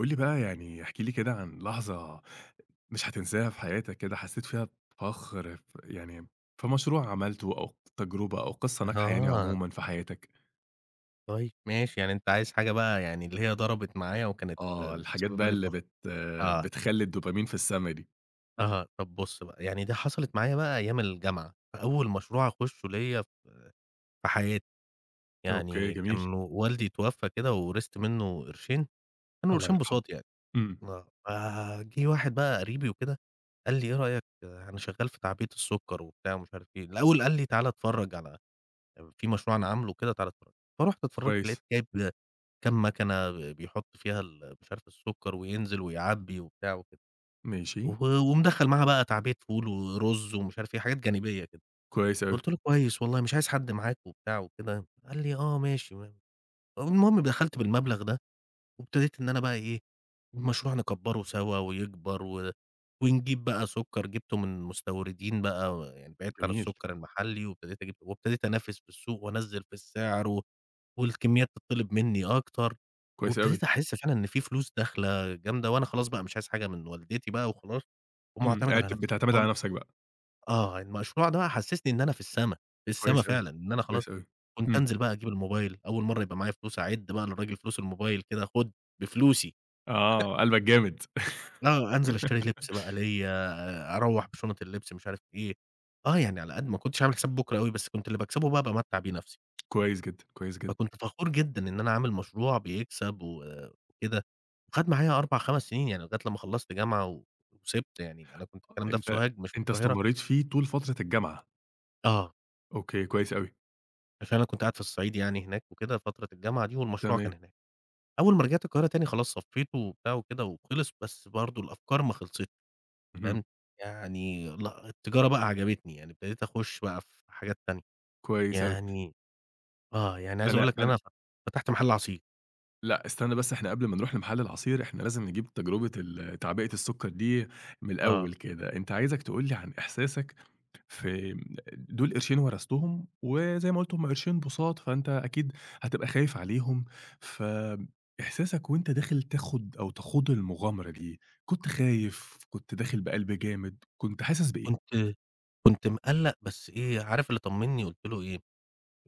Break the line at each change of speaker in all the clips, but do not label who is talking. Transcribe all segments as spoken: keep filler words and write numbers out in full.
قُل لي بقى يعني احكِ لي كده عن لحظة مش هتنساها في حياتك كده، حسّيت فيها بفخر ف يعني في مشروع عملته أو تجربة أو قصة ناجحة يعني
آه،
عمومًا في حياتك؟
طيب ماشي، يعني أنت عايز حاجة بقى يعني اللي هي ضربت معايا وكانت
آه،
آه،
الحاجات
مسببة
بقى
لي
اللي
فخر.
بت
آه،
بتخلّي الدوبامين في السما دي.
آه، طب بُص بقى، يعني دي حصلت معايا بقى أيام الجامعة، فأول مشروع أخشه ليّا في حياتي،
أوكي،
يعني
جميل،
كان والدي اتوفى كده وورثت منه قرشين، كانوا
الله
قرشين
يرحمه.
بُساط يعني.
إمم،
آه، فجِه واحد بقى قريبي وكده قال لي: "إيه رأيك آه، أنا شغال في تعبئة السُكّر وبتاع ومش عارف إيه." الأول قال لي: "تعالَ اتفرّج على في مشروع أنا عامله كده، تعالَ اتفرج." فرُحت اتفرجت، لقيت
كويس،
جايب كام ماكنة ب بيحط فيها ال مش عارف السكر وينزل ويعبي وبتاع وكده،
ماشي،
و ومدخّل معاها بقى تعبية فول ورز ومش عارف إيه، حاجات جانبية كده.
كويس أوي،
قُلت له: "كويس والله، مش عايز حد معاك وبتاع وكده." قال لي: "آه ماشي." المهم دخلت بالمبلغ ده وابتديت إن أنا بقى إيه، المشروع نكبّره سوا ويكبر و ونجيب بقى سُكّر، جِبته من مستوردين بقى، يعني بعدت عن
جميل،
السُكّر المحلّي وابتديت أجيب وابتديت أنافس في السوق وأنزّل في السعر، و والكميات تطّلب منّي أكتر،
كويس أوي،
وابتديت أحس فعلًا إن في فلوس داخلة جامدة وأنا خلاص بقى مش عايز حاجة من والدتي بقى، وخلاص
إمم،
ومُعتمد
قاعد
على
ت
نَفْسي.
بتعتمد على نَفْسك بقى،
آه، المشروع ده بقى حسّسني إن أنا في السما، في السما
كويس أوي،
فعلًا، إن أنا خلاص
كويس أوي،
كنت
إمم،
أنزل بقى أجيب الموبايل، أول مرّة يبقى معايا فلوس أعِد بقى للراجل فلوس الموبايل كده، خُد بفلوسي،
آه، قلبك جامد.
آه، أنزل أشتري لبس بقى ليّا، أروّح بشُنط اللبس مش عارف إيه، آه، يعني على قد ما كنتش عامل حساب بُكرة أوي، بس كنت اللي باكسبه بقى بامتّع بيه نَفْسي.
كويس جدًا، كويس جدًا.
فكنت فخور جدًا إن أنا عامل مشروع بيكسب و وكده، وخَد معايا أربع، خمس سنين يعني لغاية لمّا خلّصت جامعة و وسِبت. يعني أنا كنت الكلام ده في
أنت
سوهاج مش في
أنت
القاهرة.
استمريت فيه طول فترة الجامعة.
آه،
أوكي، كويس أوي،
عشان أنا كنت قاعد في الصعيد يعني هناك وكده فترة الجامعة دي والمشروع كان
تمام،
هناك. أول ما رجعت القاهرة تاني خلاص صفّيته وبتاع وكده وخلص، بس برضه الأفكار ما خلصتش،
اهم،
فاهم؟ يعني لأ، التجارة بقى عجبتني، يعني ابتديت أخُش بقى في حاجات تانية.
كويس أوي.
يعني آه، يعني عايز أقول
أنا
لك إن
أنا
أنا ف فتحت محل عصير.
لأ، استنى بس إحنا قبل ما نروح لمحل العصير، إحنا لازم نجيب تجربة ال تعبئة السُكّر دي من الأول
آه.
كده. أنت عايزك تقول لي عن إحساسك في م دول قرشين ورثتهم، وزي ما قُلت هُم قرشين بُساط، فأنت أكيد هتبقى خايف عليهم، فإحساسك وأنت داخل تاخد أو تخوض المغامرة دي، كنت خايف، كنت داخل بقلب جامد، كنت حاسس بإيه؟
كنت كنت مقلّق بس إيه، عارف اللي طمّني؟ قُلت له إيه،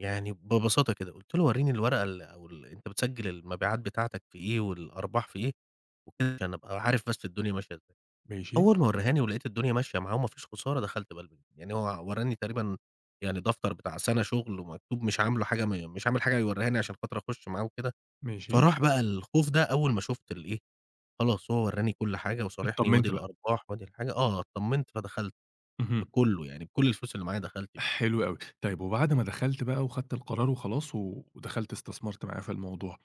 يعني ببساطة كده قُلت له: "ورّيني الورقة ال أو ال أنت بتسجِّل المبيعات بتاعتك في إيه والأرباح في إيه وكده عشان أبقى عارف بس الدنيا ماشية إزاي."
ماشي،
أول ما ورّاهاني ولقيت الدنيا ماشية معاه وما فيش خسارة، دخلت بقى البنك. يعني هو ورّاني تقريبا يعني دفتر بتاع سَنة شغل ومكتوب، مش عامله حاجة م مش عامل حاجة يورّيها لي عشان خاطر أخش معاه وكده.
ماشي،
فراح بقى الخوف ده أول ما شُفت الإيه، خلاص هو ورّاني كل حاجة وصارحني وادي
اتطمنت بقى.
الأرباح وادي الحاجة، آه اتطمنت فدخلت
اهم.
بكلّه، يعني بكل الفلوس اللي معايا دخلت بيه.
حلو أوي. طيب وبعد ما دخلت بقى وخدت القرار وخلاص و ودخلت استثمرت معاه في الموضوع،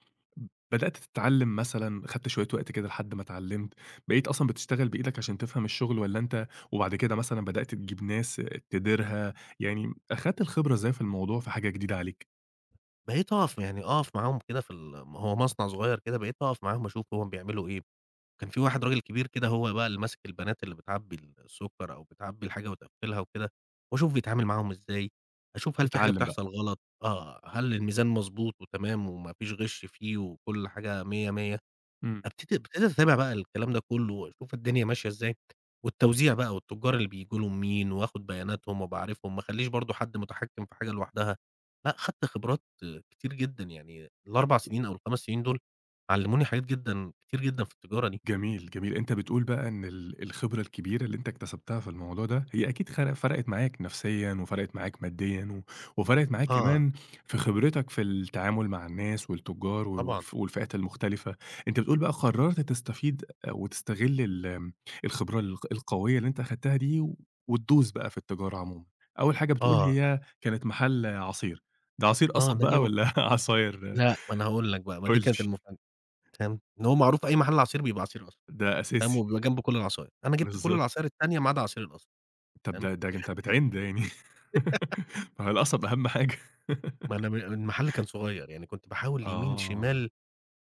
بدأت تتعلّم مثلًا، خدت شوية وقت كده لحد ما اتعلّمت، بقيت أصلًا بتشتغل بإيدك عشان تفهم الشغل والّا أنت وبعد كده مثلًا بدأت تجيب ناس تديرها، يعني أخدت الخبرة إزاي في الموضوع في حاجة جديدة عليك؟
بقيت أقف يعني أقف معاهم كده في ال هو مصنع صغير كده، بقيت أقف معاهم أشوف هُم بيعملوا إيه. كان في واحد راجل كبير كده هو بقى اللي ماسك البنات اللي بتعبّي السُكّر أو بتعبّي الحاجة وتقفّلها وكده، وأشوف بيتعامل معاهم إزاي، أشوف هل في حاجة
تتعلّم بقى.
بتحصل غلط، آه، هل الميزان مضبوط وتمام وما فيش غِش فيه وكل حاجة مِيَّة، مِيَّة.
إمم.
ابتدي ابتديت أتابع بقى الكلام ده كُلّه وأشوف الدنيا ماشية إزاي، والتوزيع بقى والتُجّار اللي بييجوا لهم مين، وآخُد بياناتهم وأبقى عارفهم، ما أخلّيش برضه حد متحكّم في حاجة لوحدها. لأ، خدت خبرات كتير جدًا. يعني ال4 سنين أو ال5 سنين دول علّموني حاجات جدًا كتير جدًا في التجارة دي.
جميل، جميل. أنت بتقول بقى إن ال الخبرة الكبيرة اللي أنت اكتسبتها في الموضوع ده، هي أكيد خر فرقت معاك نفسيًا وفرقت معاك ماديًا و وفرقت معاك
آه،
كمان في خبرتك في التعامل مع الناس والتجار
طبعًا.
والف والفئات المختلفة. أنت بتقول بقى قررت تستفيد وتستغل ال آمم، الخبرة الق القوية اللي أنت أخدتها دي و- وتدوس بقى في التجارة عمومًا. أول حاجة بتقول
آه،
هي كانت محل عصير، ده عصير
آه،
قصب
ده جِه
بقى
ب
والّا عصاير
لأ، ما أنا هاقول لك بقى، ما
قُل
دي كانت
لي؟
المفاجأة. فاهم، إن هو معروف أي محل عصير بيبقى عصير قصب،
ده
فاهم،
أساسي.
وبيبقى جنبه كل العصاير. أنا جِبت كل
بالضبط.
العصاير التانية ما عدا عصير القصب.
طب
فاهم،
ده ده أنت بتعِند يعني ما هو القصب أهم حاجة.
ما أنا م المحل كان صغير، يعني كنت باحاول يمين
آه،
شمال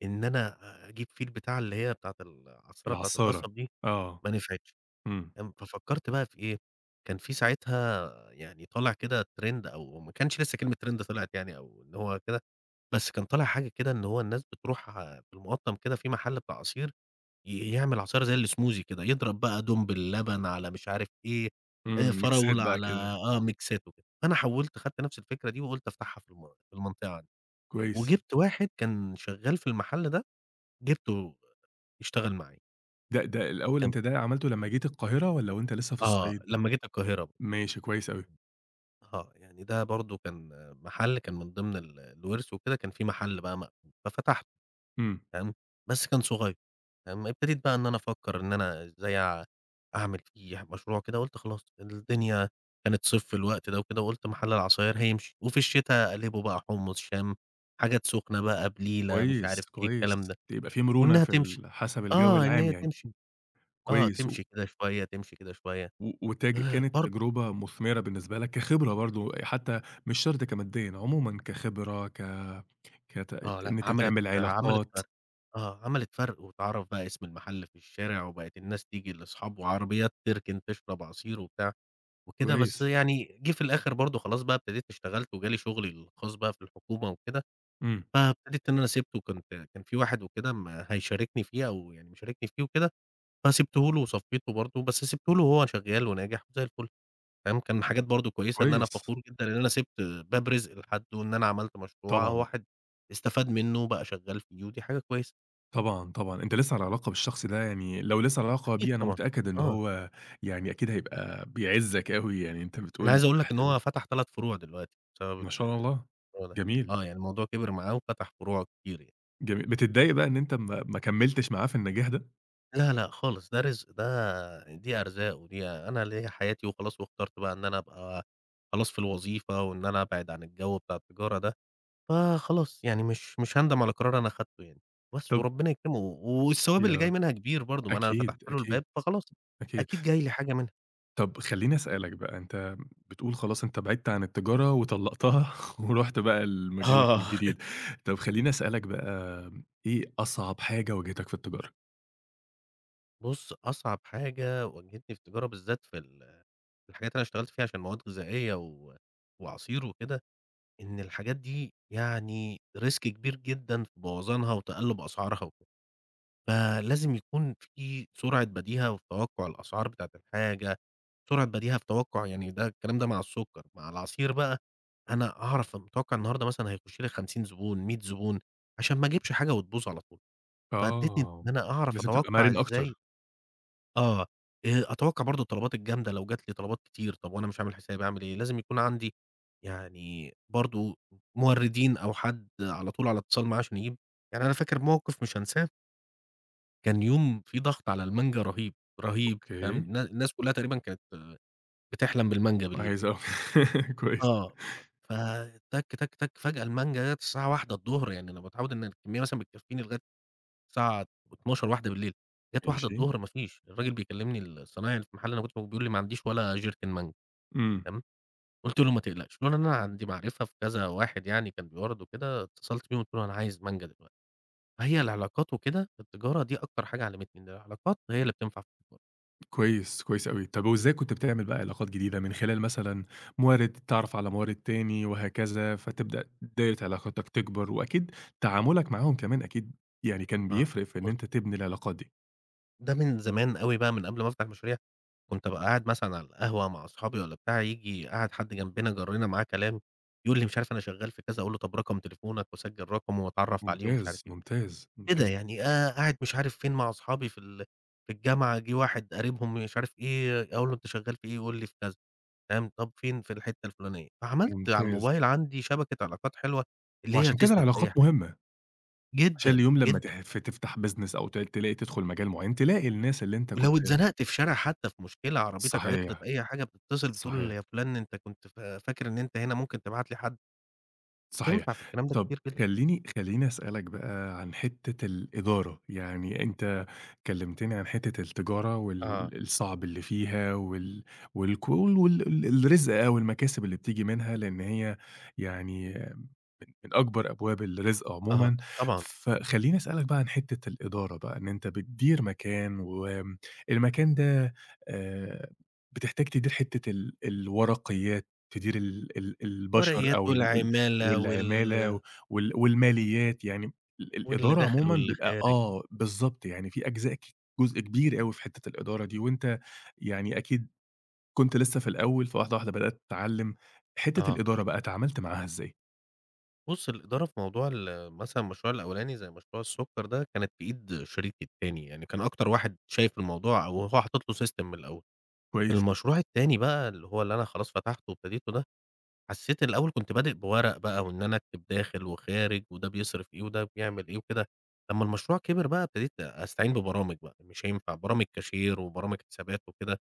إن أنا أجيب فيه البتاعة اللي هي بتاعة العصارة بتاعة
العصارة،
القصب دي،
آه،
ما نفعتش.
إمم،
فاهم، ففكّرت بقى في إيه، كان في ساعتها يعني طالع كده trend، أو ما كانش لسه كلمة trend طلعت يعني أو إن هو كده، بس كان طالع حاجة كده إن هو الناس بتروح بالمقطّم كده في محل بتاع عصير، ي يعمل عصاير زي الsmoothie كده، يضرب بقى دوم باللبن على مش عارف إيه، آآ
إمم، ميكسات
فراولة
بقى
على
كده،
آه، ميكسات وكده. فأنا حوّلت خدت نفس الفكرة دي وقُلت أفتحها في الم في المنطقة عندي،
كويس.
وجِبت واحد كان شغّال في المحل ده، جِبته يشتغل معايا.
ده ده الأول
كان
أنت ده عملته لمّا جيت القاهرة والّا وأنت لسه في
آه،
الصعيد؟
لمّا جيت القاهرة بقى.
ماشي، كويس أوي،
آه، يعني ده برضه كان محل، كان من ضمن ال الورث وكده، كان في محل بقى مقفول، ففتحته.
إمم،
تمام، بس كان صغير. تمام، ابتديت بقى إن أنا أفكّر إن أنا إزاي أع أعمل فيه مشروع كده. قُلت خلاص الدنيا كانت صيف في الوقت ده وكده، وقُلت محل العصاير هيمشي، وفي الشتا أقلّبه بقى حُمُّص، شام، حاجات سُخنة بقى، بليلة، مش
كويس،
عارف إيه
كويس،
الكلام ده،
يبقى في مرونة
وإنها
في
تمشي.
ال حسب الجو
آه، إن
العام
هي
يعني،
تمشي، آه،
كويس و
تمشي كده شوية، تمشي كده شوية.
و وتج
آآ،
كانت
برضه
تجربة مثمرة بالنسبة لك كخبرة برضه، حتى مش شرط كماديًا، عمومًا كخبرة ك كت
آه، لأ،
إن أنت
عملت
تعمل
عملت
علاقات،
فرْق. آه، عملت فرْق واتعرف بقى اسم المحل في الشارع، وبقت الناس تيجي لأصحابه، وعربيات تركن تشرب عصير وبتاع وكده. بس
كويس.
يعني جه في الآخر برضه خلاص بقى ابتديت اشتغلت وجالي شغلي الخاص بقى في الحكومة وكده.
إمم،
فابتديت إن أنا سِبته، وكنت كان في واحد وكده م هيشاركني فيه أو يعني مشاركني فيه وكده، فسِبته له وصفّيته برضه، بس سِبته له وهو شغّال وناجح وزي الفل. فاهم، كان حاجات برضه كويسة إن أنا
كويس،
فخور جدًا إن أنا سِبت باب رزق لحد، وإن أنا عملت مشروع
طبعًا،
واحد استفاد منّه وبقى شغّال فيه ودي حاجة كويسة.
طبعًا، طبعًا، أنت لسه على علاقة بالشخص ده يعني لو لسه على علاقة
أكيد
بيه أنا
طبعًا،
متأكد إن
آه.
هو يعني أكيد هيبقى بيعزّك أوي، يعني أنت
أنا
بتقول
عايز
أنت
أقول لك إن
بتحترمه،
هو فتح ثلاث فروع دلوقتي بسبب
ما شاء
الموضوع
الله،
ده.
جميل،
آه، يعني الموضوع كِبِر معاه وفتح فروع كتير يعني.
جميل، بتتضايق بقى إن أنت ما ما كمّلتش معاه في النجاح ده؟
لا، لأ خالص، ده رزق، ده دي أرزاق، ودي أنا ليّا حياتي وخلاص، واخترت بقى إن أنا أبقى خلاص في الوظيفة وإن أنا أبعد عن الجو بتاع التجارة ده. فخلاص يعني مش مش هاندم على قرار أنا أخدته يعني. بس
طب
وربنا يكرمه، والثواب
يا
اللي جاي
رب،
منها كبير برضه، ما أنا فتحت
أكيد،
له
أكيد،
الباب فخلاص
أكيد،
أكيد جاي لي حاجة منها.
طب خلّيني أسألك بقى، أنت بتقول خلاص أنت بعدت عن التجارة وطلّقتها ورُحت بقى لمجالك
آه.
الجديد، طب خلّيني أسألك بقى إيه أصعب حاجة واجهتك في التجارة؟
بُص، أصعب حاجة واجهتني في التجارة، بالذات في ال الحاجات اللي أنا اشتغلت فيها عشان مواد غذائية و وعصير وكده، إن الحاجات دي يعني risk كبير جدًا في بوظانها وتقلُّب أسعارها وكده. فلازم يكون في سرعة بديهة في توقُّع الأسعار بتاعة الحاجة، سرعة بديهة في توقُّع. يعني ده الكلام ده مع السُكّر، مع العصير بقى أنا أعرف متوقِّع النهارده مثلًا هيخُش لي خمسين زبون، مية زبون، عشان ما أجيبش حاجة وتبوظ على طول، فادّتني
آه،
إن أنا أعرف
لازم تبقى
أتوقَّع
مرِن
إزاي.
أكتر،
آه، آآ أتوقّع برضه الطلبات الجامدة لو جات لي طلبات كتير، طب وأنا مش عامل حسابي أعمل إيه؟ لازم يكون عندي، يعني برضه، موردين أو حد على طول على اتصال معاه عشان يجيب. يعني أنا فاكر موقف مش هانساه، كان يوم في ضغط على المانجا رهيب، رهيب تمام.
أوكي،
الن الناس كلّها تقريبًا كانت بتحلم بالمانجا بالليل.
عايز أ كويس،
آه. فتَك، تَك، تَك فجأة المانجا جات الساعة الواحدة، يعني أنا متعوّد إن الكمية مثلًا بتكفّيني لغاية الساعة اتناشر بالليل، واحد، جات
ماشي،
الواحدة ما فيش. الراجل بيكلمني الصنايعي اللي في المحل اللي أنا كنت فيه، بيقول لي: "ما عنديش ولا جيركن مانجا."
إمم،
تمام، قلت له: "ما تقلقش." لولا إن أنا عندي معرفة في كذا واحد يعني كان بيورد وكده، اتصلت بيهم قلت له: "أنا عايز مانجا دلوقتي." فهي العلاقات وكده في التجارة دي أكتر حاجة علمتني إن العلاقات هي اللي بتنفع في التجارة.
كويس، كويس أوي. طَب وإزاي كنت بتعمل بقى علاقات جديدة من خلال مثلًا موارد، تعرف على موارد تاني وهكذا، فتبدأ دايرة علاقاتك تكبر، وأكيد تعاملك معاهم كمان أكيد يعني كان
آه،
بيفرق في إن
بُص،
أنت تبني العلاقات دي.
ده من زمان أوي بقى، من قبل ما أفتح مشاريع، كنت أبقى قاعد مثلًا على القهوة مع أصحابي والّا بتاع، ييجي قاعد حد جنبنا جرّنا معاه كلام، يقول لي: "مش عارف أنا شغال في كذا." أقول له: "طب رقم تليفونك." وأسجل رقمه وأتعرف عليه ومش عارف
ممتاز،
إيه.
ممتاز،
كده
ممتاز،
يعني، آآ قاعد مش عارف فين مع أصحابي في ال في الجامعة، جِه واحد قريبهم مش عارف إيه، أقول له: "أنت شغّال في إيه؟" يقول لي: "في كذا." فاهم، "طَب فين؟" "في الحتّة الفلانية." فعملت على
ممتاز.
الموبايل عندي شبكة علاقات حلوة اللي هي
وعشان كده
تسند في أي
العلاقات
حاجة،
مهمة، عشان
جدًا،
اليوم لمّا
جدًا.
تح ف تفتح business أو ت تلاقي تدخل مجال معيّن، تلاقي الناس اللي أنت كنت
ولو اتزنقت في شارع حتّى، في مشكلة، عربيتك عطلت،
صحيح.
أي حاجة، بتتصل بتقول
صحيح،
يا فُلان أنت كنت ف فاكر إن أنت هنا، ممكن تبعت لي حد؟
صحيح.
بتنفع في الكلام ده
طَب
كتير جدًا.
خلّيني خلّيني أسألك بقى عن حتّة الإدارة، يعني أنت كلّمتني عن حتّة التجارة
آه،
وال الصعب اللي فيها وال والكول وال ال الرزق أو المكاسب اللي بتيجي منها، لإن هي يعني من أكبر أبواب الرزق
آه،
عمومًا،
طبعًا. إمم.
فخلّيني أسألك بقى عن حتّة الإدارة بقى، إن أنت بتدير مكان وآمم المكان ده آآ بتحتاج تدير حتّة ال الورقيات، تدير ال ال البشر
ورقيات
أو ال ال
والعمالة
والعمالة
وال،
و وال والماليات، يعني ال
واللي
الإدارة
داخل
عمومًا
واللي
بيبقى
خارج.
آه، بالضبط، يعني في أجزاء ك جزء كبير أوي في حتّة الإدارة دي، وأنت يعني أكيد كنت لسه في الأول، فواحدة، واحدة بدأت تتعلّم، حتّة
آه.
الإدارة بقى اتعاملت معاها إزاي؟
بُص، الإدارة في موضوع ال، مثلًا المشروع الأولاني زي مشروع السُكّر ده، كانت في إيد شريكي التاني، يعني كان أكتر واحد شايف الموضوع أو هو حاطط له system من الأول.
كويس.
المشروع التاني بقى اللي هو اللي أنا خلاص فتحته وابتديته ده، حسّيت الأول كنت بادئ بورق بقى، وإن أنا أكتب داخل وخارج، وده بيصرف إيه وده بيعمل إيه وكده. لمّا المشروع كبر بقى ابتديت أستعين ببرامج بقى، مش هينفع برامج كاشير وبرامج حسابات وكده.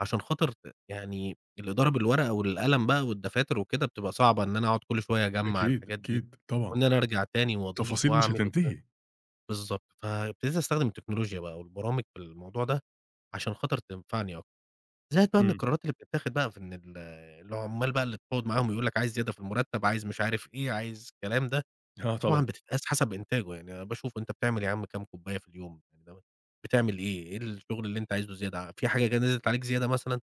عشان خاطر ت يعني الإدارة بالورقة والقلم بقى والدفاتر وكده بتبقى صعبة، إن أنا أقعد كل شوية أجمّع
أكيد،
الحاجات دي،
أكيد طبعًا،
وإن أنا أرجع تاني وأضيف
تفاصيل مش
وأعمل وكده.
هتنتهي.
بالضبط، فابتديت أستخدم التكنولوجيا بقى والبرامج في الموضوع ده عشان خاطر تنفعني أكتر. زائد بقى إن
إمم.
القرارات اللي بتتاخد بقى في إن ال العمّال بقى اللي بتقعد معاهم يقول لك عايز زيادة في المرتب، عايز مش عارف إيه، عايز الكلام ده،
آه طبعًا.
طبعًا بتتقاس حسب إنتاجه. يعني أنا باشوف أنت بتعمل يا عم كام كوباية في اليوم، يعني دوّة بتعمل إيه، إيه الشغل اللي أنت عايزه زيادة، في حاجة جا نزلت عليك زيادة مثلًا؟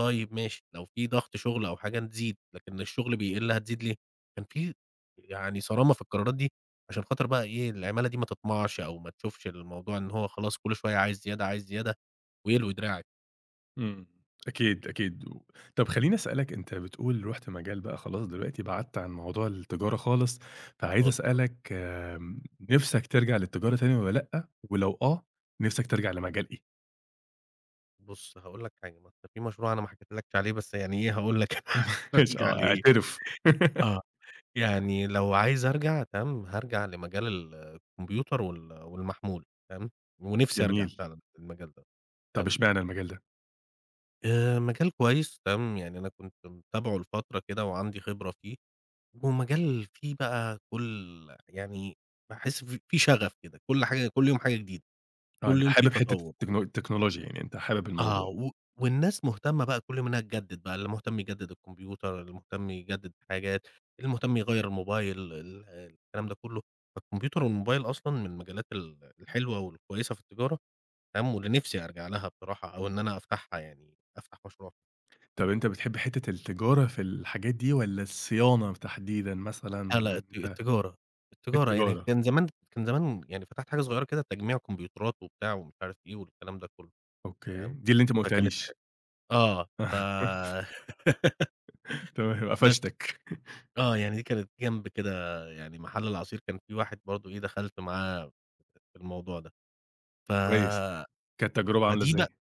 طيب ماشي، لو في ضغط شغل أو حاجة تزيد، لكن الشغل بيقل هتزيد ليه؟ كان في يعني صرامة في القرارات دي، عشان خاطر بقى إيه، العمالة دي ما تطمعش أو ما تشوفش الموضوع إن هو خلاص كل شوية عايز زيادة، عايز زيادة، ويلوي دراعِك.
إمم. أكيد، أكيد. و طب خلّيني أسألك أنت بتقول رُحت مجال بقى خلاص دلوقتي بعدت عن موضوع التجارة خالص، فعايز
خالص بقى.
أسألك آمم، نِفْسك ترجع للتجارة تاني والّا لأ؟ ولو آه، نِفْسك ترجع لمجال إيه؟
بُص هاقول لك حاجة، ما أصل في مشروع أنا ما حكيتلكش عليه، بس يعني إيه، هاقول لك.
اش
هارجع
آه،
لإيه،
اعترف.
آه، يعني لو عايز أرجع تمام، هارجع لمجال ال الكمبيوتر وال والمحمول، تمام. ونِفْسي أرجع
جميل.
فعلًا للمجال ده،
طب
تمام.
اشمعنى المجال ده؟
آآ مجال كويس تمام، يعني أنا كنت متابعه لفترة كده وعندي خبرة فيه. ومجال فيه بقى كل، يعني باحس ف فيه شغف كده، كل حاجة كل يوم حاجة جديدة،
آه،
كل
أنت
يوم فيه
حابب حتّة
تطور و
التكنو التكنولوجيا يعني أنت حابب
آه،
الموضوع.
و والناس مهتمة بقى كل يوم إنها تجدد بقى، اللي مهتم يجدد الكمبيوتر، اللي مهتم يجدد حاجات، اللي مهتم يغيّر الموبايل، ال الكلام ده كله. فالكمبيوتر والموبايل أصلًا من المجالات ال الحلوة والكويسة في التجارة، تمام. واللي نفسي أرجع لها بصراحة، أو إن أنا أفتحها يعني، أفتح مشروع.
طب أنت بتحب حتّة التجارة في الحاجات دي والّا الصيانة تحديدًا مثلًا
آه، لأ الت
وأنت
التجارة. التجارة يعني
التجارة،
كان زمان كان زمان يعني فتحت حاجة صغيرة كده تجميع كمبيوترات وبتاع ومش عارف إيه والكلام ده كلّه.
أوكي،
فاهم،
دي اللي أنت ما
فكانت ح
قُلتهاليش.
آه، ف
تمام،
بس
قفشتك.
آه، يعني دي كانت جنب كده، يعني محل العصير كان في واحد برضه إيه دخلت معاه في الموضوع ده، ف
كويس، كانت تجربة عاملة
فدي بقى
إزاي؟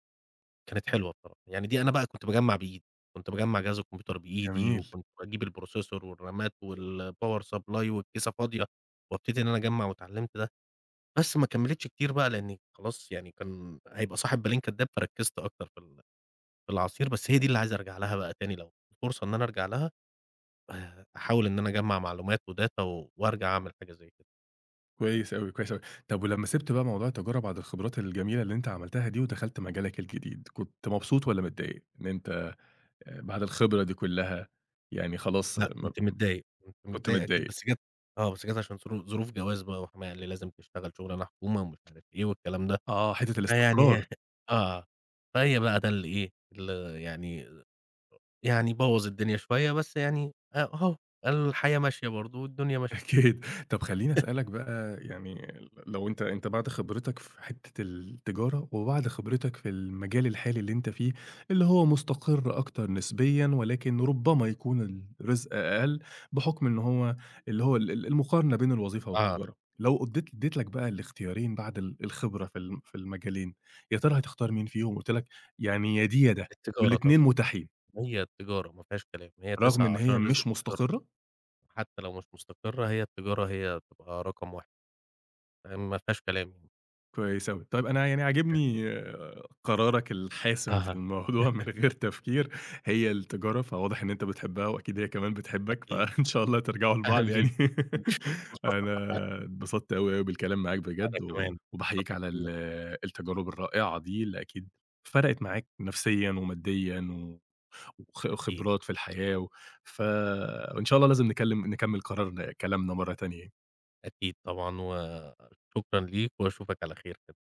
كانت حلوة بصراحة، يعني دي أنا بقى كنت باجمّع بإيدي، كنت باجمّع جهاز الكمبيوتر بإيدي،
جميل،
وكنت باجيب الprocessor والرامات والpower supply والكيسة فاضية، وابتدي إن أنا اجمّع واتعلمت ده، بس ما كمّلتش كتير بقى لإني خلاص يعني كان هيبقى صاحب بالين كدّاب، فركّزت أكتر في ال في العصير. بس هي دي اللي عايز أرجع لها بقى تاني لو فرصة إن أنا أرجع لها، آآ أحاول إن أنا أجمّع معلومات وداتا و وأرجع أعمل حاجة زي كده.
كويس أوي، كويس أوي. طب ولمّا سِبت بقى موضوع التجارة بعد الخبرات الجميلة اللي أنت عملتها دي ودخلت مجالك الجديد، كنت مبسوط والّا متضايق إن أنت آآ بعد الخبرة دي كلّها يعني خلاص آه،
لأ،
ما
كنت متضايق، كنت
كنت
متضايق أكيد،
متضايق؟
بس جات، آه، بس جات عشان ظرو ظروف جواز بقى وحماية، قال لي: "لازم تشتغل شغلانة حكومة،" ومش عارف إيه والكلام ده.
آه، حتّة
فيعني
الاستقرار.
هي- آه، فهي بقى ده اللي إيه، اللي يعني، يعني بوّظ الدنيا شوية، بس يعني أ أهو الحياة ماشية برضه والدنيا ماشية.
أكيد. طب خلّيني أسألك بقى يعني لو أنت أنت بعد خبرتك في حتّة التجارة، وبعد خبرتك في المجال الحالي اللي أنت فيه، اللي هو مستقر أكتر نسبيًا، ولكن ربما يكون الرزق أقل بحكم إن هو اللي هو ال ال المقارنة بين الوظيفة
آه.
والتجارة. لو قضيت اديت لك بقى الاختيارين بعد ال الخبرة في الم في المجالين، يا ترى هتختار مين فيهم؟ قُلت لك يعني يا دي يا ده،
التجارة
والاتنين
طبعًا.
متاحين،
هي التجارة ما فيهاش كلام، هي
رغم
تسعى
إن
عشان
هي
رزق في
مش
التجارة،
مستقرة؟
حتى لو مش مستقرة هي التجارة هي بتبقى رقم واحد، ما فيهاش كلام.
كويس أوي. طيب أنا يعني عاجبني قرارك الحاسم في
أها،
الموضوع من غير تفكير هي التجارة، فواضح إن أنت بتحبها وأكيد هي كمان بتحبك،
أكيد
فإن شاء الله ترجعوا لبعض يعني.
حبيبي، إن شاء الله.
أنا اتبسطت أوي، أوي بالكلام معاك
وأنا
بجد، و
كمان
وباحييك
اتبسطت
على
كتير،
ال التجارب الرائعة دي اللي أكيد فرقت معاك نفسيًا وماديًا و وخ
أكيد،
وخبرات في الحياة و ف وإن شاء الله لازم نكلم نكمل قرارنا كلامنا مرة تانية.
أكيد طبعًا، وشكرًا ليك وأشوفك على خير كده.